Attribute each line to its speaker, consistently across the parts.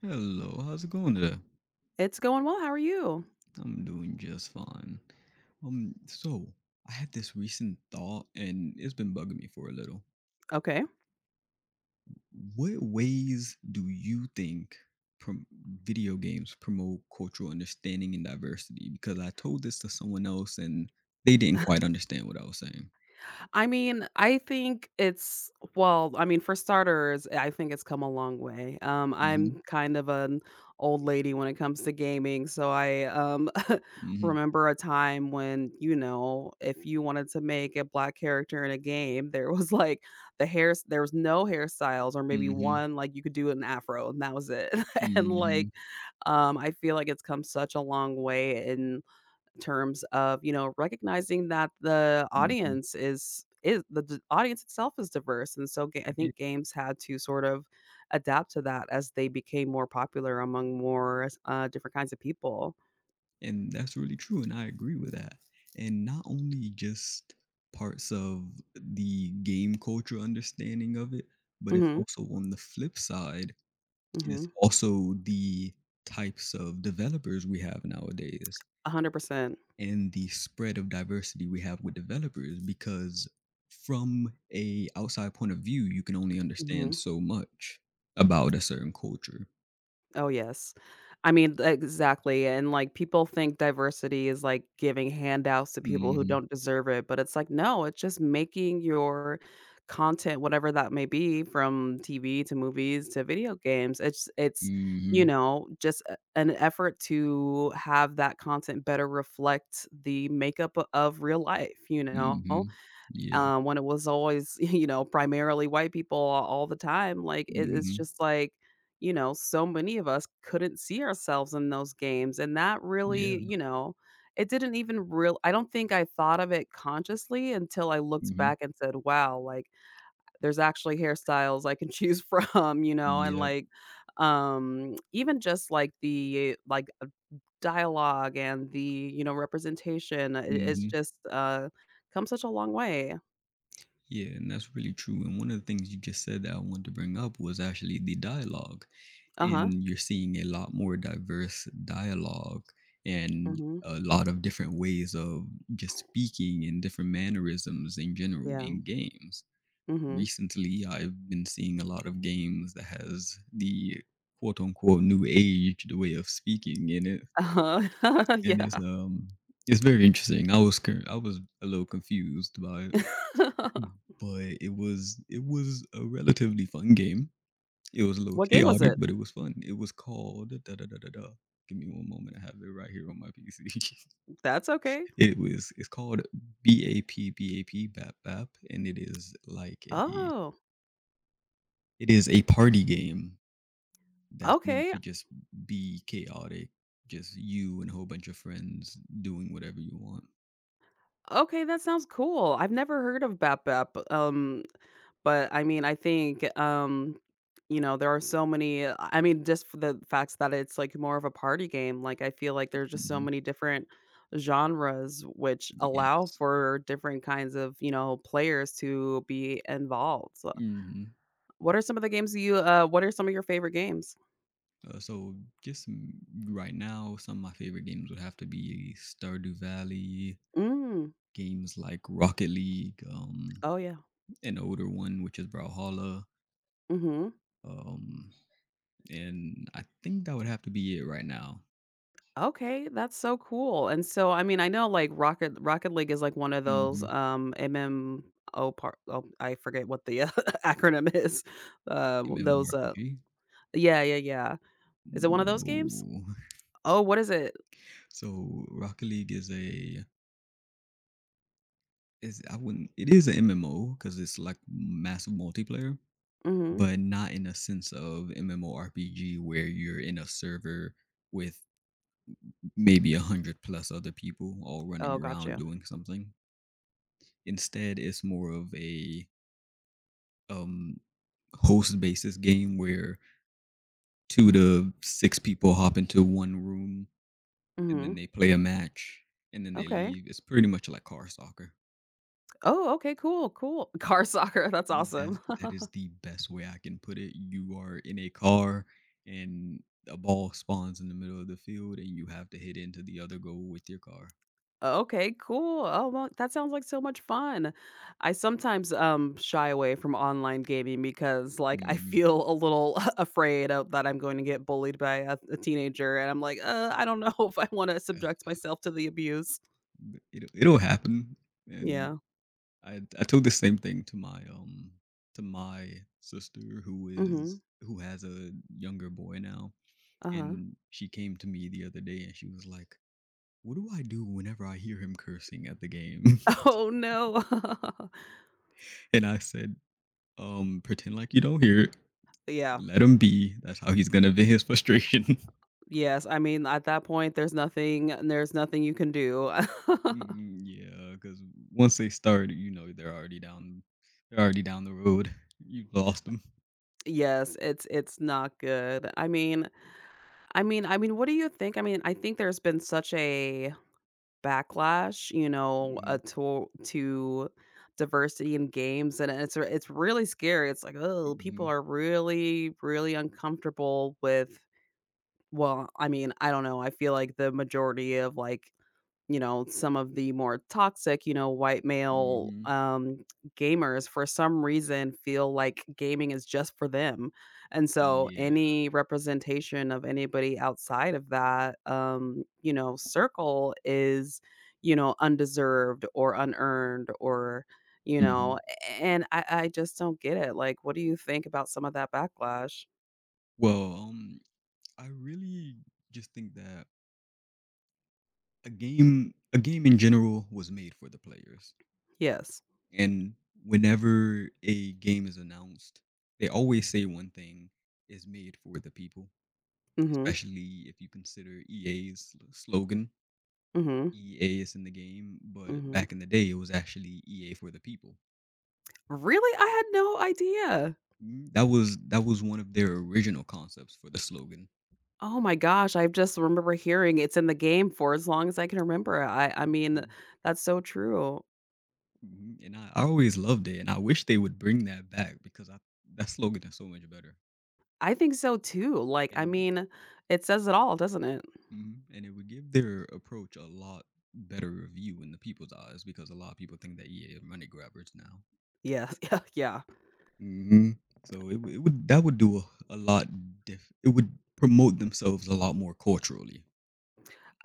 Speaker 1: Hello, how's it going today?
Speaker 2: It's going well, how are you?
Speaker 1: I'm doing just fine. So I had this recent thought and it's been bugging me for a little.
Speaker 2: Okay.
Speaker 1: What ways do you think prom- video games promote cultural understanding and diversity? Because I told this to someone else and they didn't quite understand what I was saying.
Speaker 2: I mean, I think it's well, I mean, for starters, I think it's come a long way.
Speaker 1: Mm-hmm.
Speaker 2: I'm kind of an old lady when it comes to gaming, so I,
Speaker 1: Mm-hmm.
Speaker 2: remember a time when, you know, if you wanted to make a black character in a game, there was, like, there was no hairstyles or maybe
Speaker 1: Mm-hmm.
Speaker 2: one, like, you could do an afro, and that was it. And,
Speaker 1: Mm-hmm.
Speaker 2: like, I feel like it's come such a long way in terms of, you know, recognizing that the
Speaker 1: hmm
Speaker 2: audience is audience itself is diverse, and so I think games had to sort of adapt to that as they became more popular among more different kinds of people.
Speaker 1: And that's really true, and I agree with that. And not only just parts of the game culture understanding of it, but it's
Speaker 2: Mm-hmm.
Speaker 1: also on the flip side,
Speaker 2: Mm-hmm.
Speaker 1: it's also the types of developers we have nowadays
Speaker 2: 100%.
Speaker 1: and the spread of diversity we have with developers because from a outside point of view, you can only understand
Speaker 2: Mm-hmm.
Speaker 1: so much about a certain culture.
Speaker 2: Oh, yes. I mean, exactly, and, like, people think diversity is, like, giving handouts to people who
Speaker 1: mm
Speaker 2: don't deserve it, but it's like, no, it's just making your content, whatever that may be, from TV to movies to video games. It's
Speaker 1: Mhm.
Speaker 2: it's, you
Speaker 1: Mhm.
Speaker 2: know, just a an effort to have that content better reflect the makeup o of real life, you know?
Speaker 1: Mhm. Yeah.
Speaker 2: When it was always, you know, primarily white people all the time, like, it it's
Speaker 1: Mhm.
Speaker 2: just like, you know, so many of us couldn't see ourselves in those games, and that really,
Speaker 1: Yeah.
Speaker 2: you know, it didn't even real I don't think I thought of it consciously until I looked
Speaker 1: Mhm.
Speaker 2: back and said, "Wow, like, there's actually hairstyles I can choose from," you know, and,
Speaker 1: Yep.
Speaker 2: like, even just, like, the, like, dialogue and the, you know, representation, I it's
Speaker 1: Mhm.
Speaker 2: just, come such a long way.
Speaker 1: Yeah, and that's really true, and one of the things you just said that I wanted to bring up was actually the dialogue,
Speaker 2: Uh-huh.
Speaker 1: and you're seeing a lot more diverse dialogue and
Speaker 2: Mhm.
Speaker 1: a lot of different ways of just speaking and different mannerisms in general
Speaker 2: Yeah.
Speaker 1: in games.
Speaker 2: Mhm.
Speaker 1: Recently, I've been seeing a lot of games that has the quote unquote new age the way of speaking in it,
Speaker 2: Uh-huh.
Speaker 1: and it's
Speaker 2: Yeah.
Speaker 1: um it's very interesting. I was a little confused by it. But it was a relatively fun game. It was a little
Speaker 2: What game was
Speaker 1: chaotic,
Speaker 2: it?
Speaker 1: but it was fun. It was called da da da da da. Give me one moment. I have it right here on my PC.
Speaker 2: That's okay.
Speaker 1: It was it's called BAP BAP BAP, and it is like a
Speaker 2: Oh,
Speaker 1: it is a party game that's meant
Speaker 2: okay.
Speaker 1: to just be chaotic, just you and a whole bunch of friends doing whatever you want.
Speaker 2: Okay, that sounds cool. I've never heard of BAP BAP, but, I mean, I think, you know, there are so many I mean, just for the facts that it's, like, more of a party game, like, I feel like there's just so
Speaker 1: hmm
Speaker 2: many different genres which allow
Speaker 1: Yes.
Speaker 2: for different kinds of, you know, players to be involved. So
Speaker 1: Mm-hmm.
Speaker 2: what are some of the games you, what are some of your favorite games?
Speaker 1: So just right now, some of my favorite games would have to be Stardew Valley,
Speaker 2: Mm.
Speaker 1: games like Rocket League,
Speaker 2: Oh, yeah.
Speaker 1: an older one which is Brawlhalla,
Speaker 2: Mhm.
Speaker 1: um, and I think that would have to be it right now.
Speaker 2: Okay, that's so cool, and so, I mean, I know, like, Rocket League is, like, one of those,
Speaker 1: Mm-hmm.
Speaker 2: MMO part oh, I forget what the acronym is. Those.
Speaker 1: MMORPG.
Speaker 2: Yeah, yeah, yeah. Is it one of those games?
Speaker 1: No,
Speaker 2: Oh, what is it?
Speaker 1: so Rocket League is I wouldn't it is an MMO because it's like massive multiplayer,
Speaker 2: Mhm.
Speaker 1: but not in a sense of MMORPG where you're in a server with maybe a hundred plus other people all running
Speaker 2: Oh, got
Speaker 1: around
Speaker 2: gotcha.
Speaker 1: doing something. Instead, it's more of a um, host basis game where two to six people hop into one room and then
Speaker 2: Mhm.
Speaker 1: they play a match and then they
Speaker 2: Okay.
Speaker 1: leave. It's pretty much like car soccer.
Speaker 2: Oh, okay, cool, cool. Car soccer, that's awesome.
Speaker 1: That is the best way I can put it. You are in a car and a ball spawns in the middle of the field and you have to hit into the other goal with your car.
Speaker 2: Oh, okay, cool. Oh, well, that sounds like so much fun. I sometimes shy away from online gaming because like I
Speaker 1: hmm
Speaker 2: feel a little afraid of, that I'm going to get bullied by a teenager and I'm like, I don't know if I want to subject myself to the abuse.
Speaker 1: it'll happen. And
Speaker 2: Yeah.
Speaker 1: I told the same thing to my to my sister
Speaker 2: Mhm.
Speaker 1: who has a younger boy now,
Speaker 2: Uh-huh.
Speaker 1: and she came to me the other day and she was like, "What do I do whenever I hear him cursing at the game?"
Speaker 2: Oh no.
Speaker 1: and I said, Pretend like you don't hear it.
Speaker 2: Yeah.
Speaker 1: Let him be. That's how he's gonna vent his frustration."
Speaker 2: Yes, I mean at that point there's nothing you can do.
Speaker 1: Mm, yeah, because once they start, you know they're already down. They're already down the road. You've lost them.
Speaker 2: Yes, it's not good. I mean, what do you think? I mean, I think there's been such a backlash, you know,
Speaker 1: hmm
Speaker 2: to diversity in games, and it's really scary. It's like, "Oh,
Speaker 1: hmm
Speaker 2: people are really, really uncomfortable with" well, I mean, I don't know, I feel like the majority of, like, you know, some of the more toxic, you know, white male,
Speaker 1: hmm
Speaker 2: gamers for some reason feel like gaming is just for them. And so
Speaker 1: Yeah.
Speaker 2: any representation of anybody outside of that, you know, circle is, you know, undeserved or unearned or, you know,
Speaker 1: mhm.
Speaker 2: and I just don't get it. Like, what do you think about some of that backlash?
Speaker 1: Well, I really just think that a game in general, was made for the players.
Speaker 2: Yes.
Speaker 1: And whenever a game is announced, they always say one thing is made for the people.
Speaker 2: Hmm.
Speaker 1: Especially if you consider EA's slogan,
Speaker 2: Hmm.
Speaker 1: EA is in the game. But
Speaker 2: Hmm.
Speaker 1: back in the day, it was actually EA for the people.
Speaker 2: Really? I had no idea.
Speaker 1: Mm, that was that was one of their original concepts for the slogan.
Speaker 2: Oh my gosh, I just remember hearing it's in the game for as long as I can remember. I mean, that's so true.
Speaker 1: Mhm, and I always loved it, and I wish they would bring that back because I that slogan is so much better,
Speaker 2: I think so too. Like, I
Speaker 1: and
Speaker 2: mean, it says it all, doesn't it?
Speaker 1: mhm, and it would give their approach a lot better review in the people's eyes because a lot of people think that EA are money grabbers now.
Speaker 2: Yeah, yeah, yeah.
Speaker 1: hmm So it would that would do a lot. It would promote themselves a lot more culturally.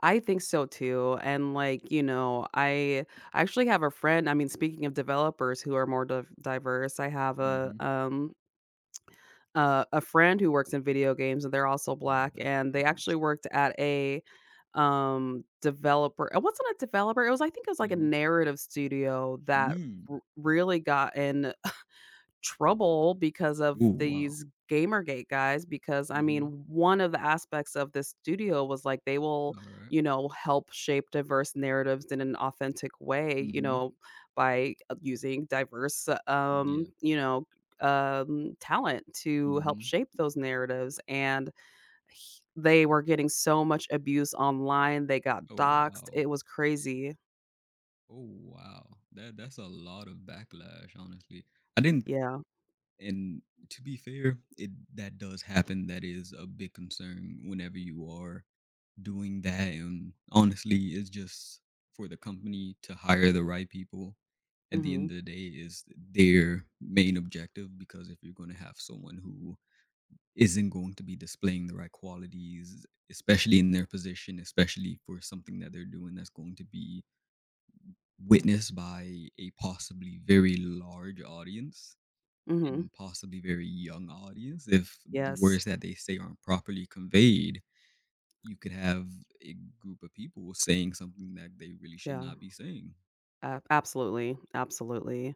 Speaker 2: I think so too. And like, you know, I actually have a friend. I mean, speaking of developers who are more diverse, I have a
Speaker 1: hmm
Speaker 2: um uh, a friend who works in video games, and they're also
Speaker 1: Oh,
Speaker 2: black,
Speaker 1: that's
Speaker 2: and they
Speaker 1: great.
Speaker 2: actually worked at a, developer it wasn't a developer, it was I think it was like a
Speaker 1: hmm
Speaker 2: narrative studio that
Speaker 1: Mm.
Speaker 2: r really got in trouble because of
Speaker 1: Oh wow.
Speaker 2: these Gamergate guys, because, I mean,
Speaker 1: hmm
Speaker 2: one of the aspects of this studio was, like, they will,
Speaker 1: All right.
Speaker 2: you know, help shape diverse narratives in an authentic way, you
Speaker 1: Mm-hmm.
Speaker 2: know, by using diverse,
Speaker 1: Yeah.
Speaker 2: talent to
Speaker 1: hmm
Speaker 2: help shape those narratives, and h they were getting so much abuse online, they got
Speaker 1: Oh
Speaker 2: doxxed,
Speaker 1: wow.
Speaker 2: it was crazy.
Speaker 1: Oh wow, that that's a lot of backlash, honestly. I didn't,
Speaker 2: Yeah.
Speaker 1: and to be fair, it that does happen. That is a big concern whenever you are doing that, and honestly, it's just for the company to hire the right people. At the end
Speaker 2: Mhm.
Speaker 1: of the day, is their main objective because if you're going to have someone who isn't going to be displaying the right qualities, especially in their position, especially for something that they're doing that's going to be witnessed by a possibly very large audience
Speaker 2: Mhm.
Speaker 1: and possibly very young audience if the
Speaker 2: Yes.
Speaker 1: words that they say aren't properly conveyed you could have a group of people saying something that they really should
Speaker 2: Yeah.
Speaker 1: not be saying
Speaker 2: A absolutely, absolutely.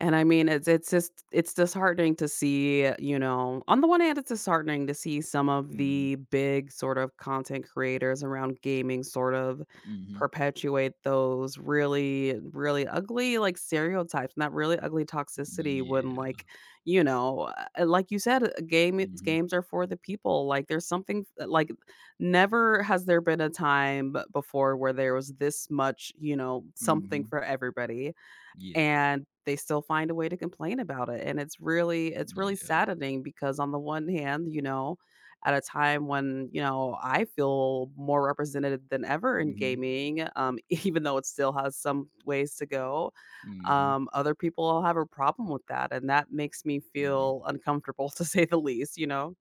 Speaker 2: And I mean, it's just it's disheartening to see, you know, on the one hand, it's disheartening to see some of
Speaker 1: mhm
Speaker 2: the big sort of content creators around gaming sort of
Speaker 1: mhm
Speaker 2: perpetuate those really, really ugly like stereotypes and that really ugly toxicity when
Speaker 1: yeah
Speaker 2: like, you know, like you said, a game
Speaker 1: mhm
Speaker 2: games are for the people. Like there's something like never has there been a time before where there was this much, you know, something
Speaker 1: mhm
Speaker 2: for everybody.
Speaker 1: yeah
Speaker 2: And they still find a way to complain about it, and it's really
Speaker 1: yeah
Speaker 2: saddening because on the one hand, you know, at a time when, you know, I feel more represented than ever in
Speaker 1: mhm
Speaker 2: gaming, even though it still has some ways to go,
Speaker 1: mhm
Speaker 2: other people all have a problem with that, and that makes me
Speaker 1: yeah
Speaker 2: feel uncomfortable to say the least, you know?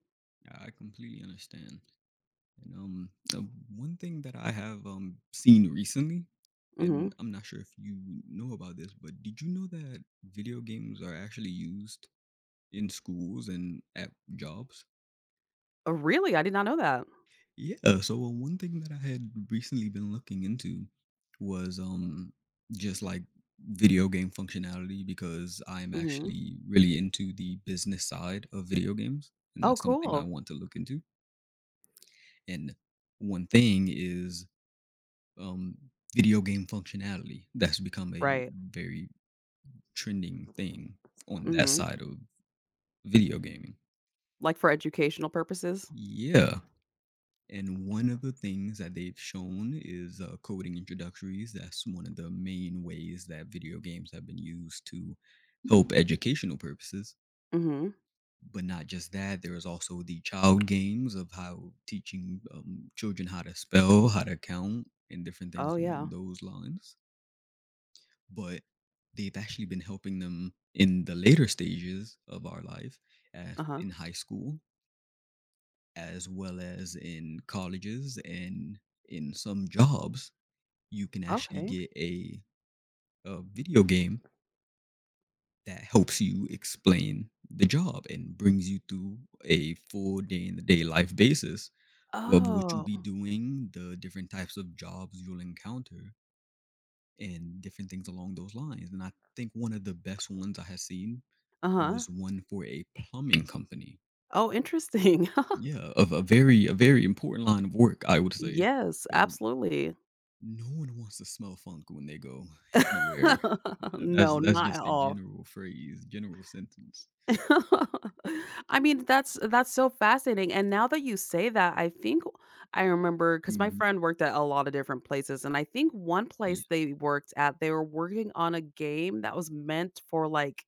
Speaker 1: I completely understand. And the one thing that I have seen recently, and
Speaker 2: Mhm.
Speaker 1: I'm not sure if you know about this, but did you know that video games are actually used in schools and at jobs?
Speaker 2: Oh, really? I did not know that.
Speaker 1: Yeah. So one thing that I had recently been looking into was just like video game functionality because I'm
Speaker 2: Mhm.
Speaker 1: actually really into the business side of video games, and
Speaker 2: Oh,
Speaker 1: that's something I
Speaker 2: cool.
Speaker 1: want to look into. And one thing is um, video game functionality that's become a
Speaker 2: Right.
Speaker 1: very trending thing on that
Speaker 2: Mhm.
Speaker 1: side of video gaming.
Speaker 2: Like, for educational purposes?
Speaker 1: Yeah. And one of the things that they've shown is coding introductories. That's one of the main ways that video games have been used to help educational purposes.
Speaker 2: Mhm.
Speaker 1: But not just that, there is also the child games of how teaching children how to spell, how to count, and different
Speaker 2: Oh,
Speaker 1: things along
Speaker 2: yeah.
Speaker 1: those lines. But they've actually been helping them in the later stages of our life as
Speaker 2: Uh-huh.
Speaker 1: in high school as well as in colleges and in some jobs you can actually
Speaker 2: Okay.
Speaker 1: get a video game that helps you explain the job and brings you through a full day in the day life basis of what you'll
Speaker 2: Oh,
Speaker 1: be doing the different types of jobs you'll encounter and different things along those lines and I think one of the best ones I have seen
Speaker 2: uh-huh.
Speaker 1: was one for a plumbing company.
Speaker 2: Oh, interesting.
Speaker 1: Yeah, of a very important line of work, I would say,
Speaker 2: Yes,
Speaker 1: because
Speaker 2: absolutely.
Speaker 1: no one wants to smell funk when they go anywhere. That's
Speaker 2: No,
Speaker 1: that's
Speaker 2: not at
Speaker 1: just a
Speaker 2: all.
Speaker 1: general phrase, general sentence.
Speaker 2: I mean, that's so fascinating, and now that you say that, I think I remember because my
Speaker 1: Mhm.
Speaker 2: friend worked at a lot of different places, and I think one
Speaker 1: Yeah.
Speaker 2: place they worked at, they were working on a game that was meant for, like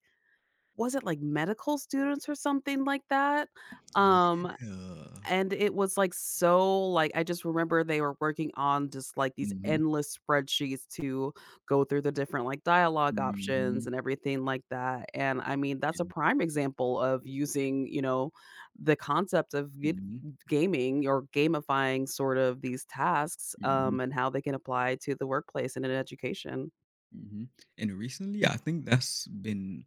Speaker 2: was it, like, medical students or something like that? Um,
Speaker 1: Yeah.
Speaker 2: And it was, like, so like, I just remember they were working on just, like, these
Speaker 1: Mhm.
Speaker 2: endless spreadsheets to go through the different, like, dialogue options
Speaker 1: Mhm.
Speaker 2: and everything like that, and, I mean, that's a
Speaker 1: And
Speaker 2: prime example of using, you know, the concept of g
Speaker 1: mhm.
Speaker 2: gaming or gamifying sort of these tasks,
Speaker 1: Mhm.
Speaker 2: and how they can apply to the workplace and in education.
Speaker 1: Mhm. And recently, I think that's been,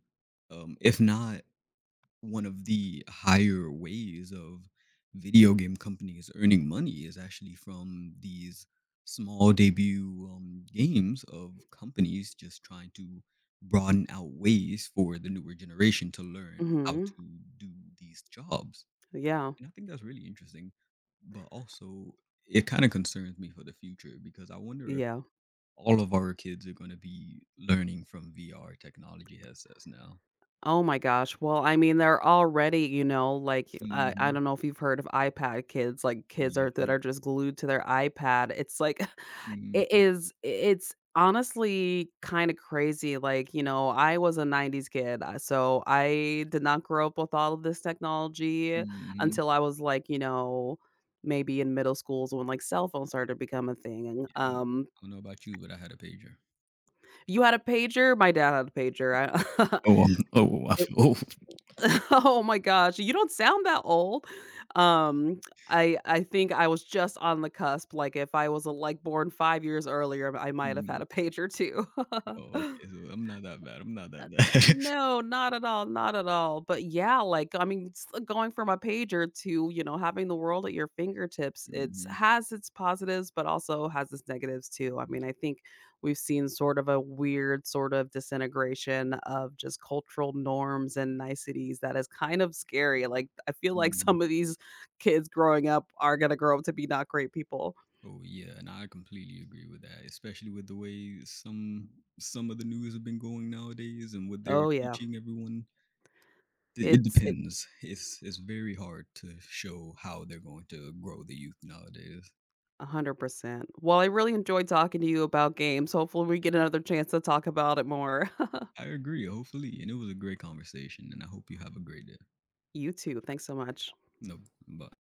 Speaker 1: if not one of the higher ways of video game companies earning money is actually from these small debut games of companies just trying to broaden out ways for the newer generation to learn how
Speaker 2: Mhm.
Speaker 1: to do these jobs.
Speaker 2: Yeah.
Speaker 1: And I think that's really interesting. But also, it kind of concerns me for the future because I wonder if
Speaker 2: Yeah.
Speaker 1: all of our kids are going to be learning from VR technology headsets now.
Speaker 2: Oh my gosh. Well, I mean, they're already, you know, like I
Speaker 1: hmm
Speaker 2: don't know if you've heard of iPad kids, like kids are that are just glued to their iPad. It's like it
Speaker 1: Yeah.
Speaker 2: is it's honestly kind of crazy. Like, you know, I was a 90s kid, so I did not grow up with all of this technology
Speaker 1: Mhm.
Speaker 2: until I was like, you know, maybe in middle schools when like cell phones started to become a thing.
Speaker 1: Yeah,
Speaker 2: Um
Speaker 1: I don't know about you, but I had a pager.
Speaker 2: you had a pager, my dad had a pager. I,
Speaker 1: Oh, oh, I f oh.
Speaker 2: Oh my gosh, you don't sound that old. Um, I think I was just on the cusp, like, if I was, like, born 5 years earlier, I might have had
Speaker 1: Mhm.
Speaker 2: a pager too.
Speaker 1: Oh, okay, so I'm not that
Speaker 2: Uh,
Speaker 1: bad.
Speaker 2: no, not at all, not at all, but yeah, like, I mean, s going from a pager to, you know, having the world at your fingertips, it's
Speaker 1: Mhm.
Speaker 2: has its positives, but also has its negatives too. I
Speaker 1: Mm,
Speaker 2: mean, I think we've seen sort of a weird sort of disintegration of just cultural norms and niceties that is kind of scary, like, I feel like
Speaker 1: mhm.
Speaker 2: some of these kids growing up are gonna grow up to be not great people.
Speaker 1: Oh, yeah, and I completely agree with that, especially with the way some of the news have been going nowadays and what they're
Speaker 2: Oh, yeah,
Speaker 1: teaching everyone. It
Speaker 2: it's it
Speaker 1: depends. It's very hard to show how they're going to grow the youth nowadays.
Speaker 2: 100%. Well, I really enjoyed talking to you about games. Hopefully, we get another chance to talk about it more.
Speaker 1: I agree, hopefully, and it was a great conversation, and I hope you have a great day.
Speaker 2: You too. Thanks so much.
Speaker 1: No, bye.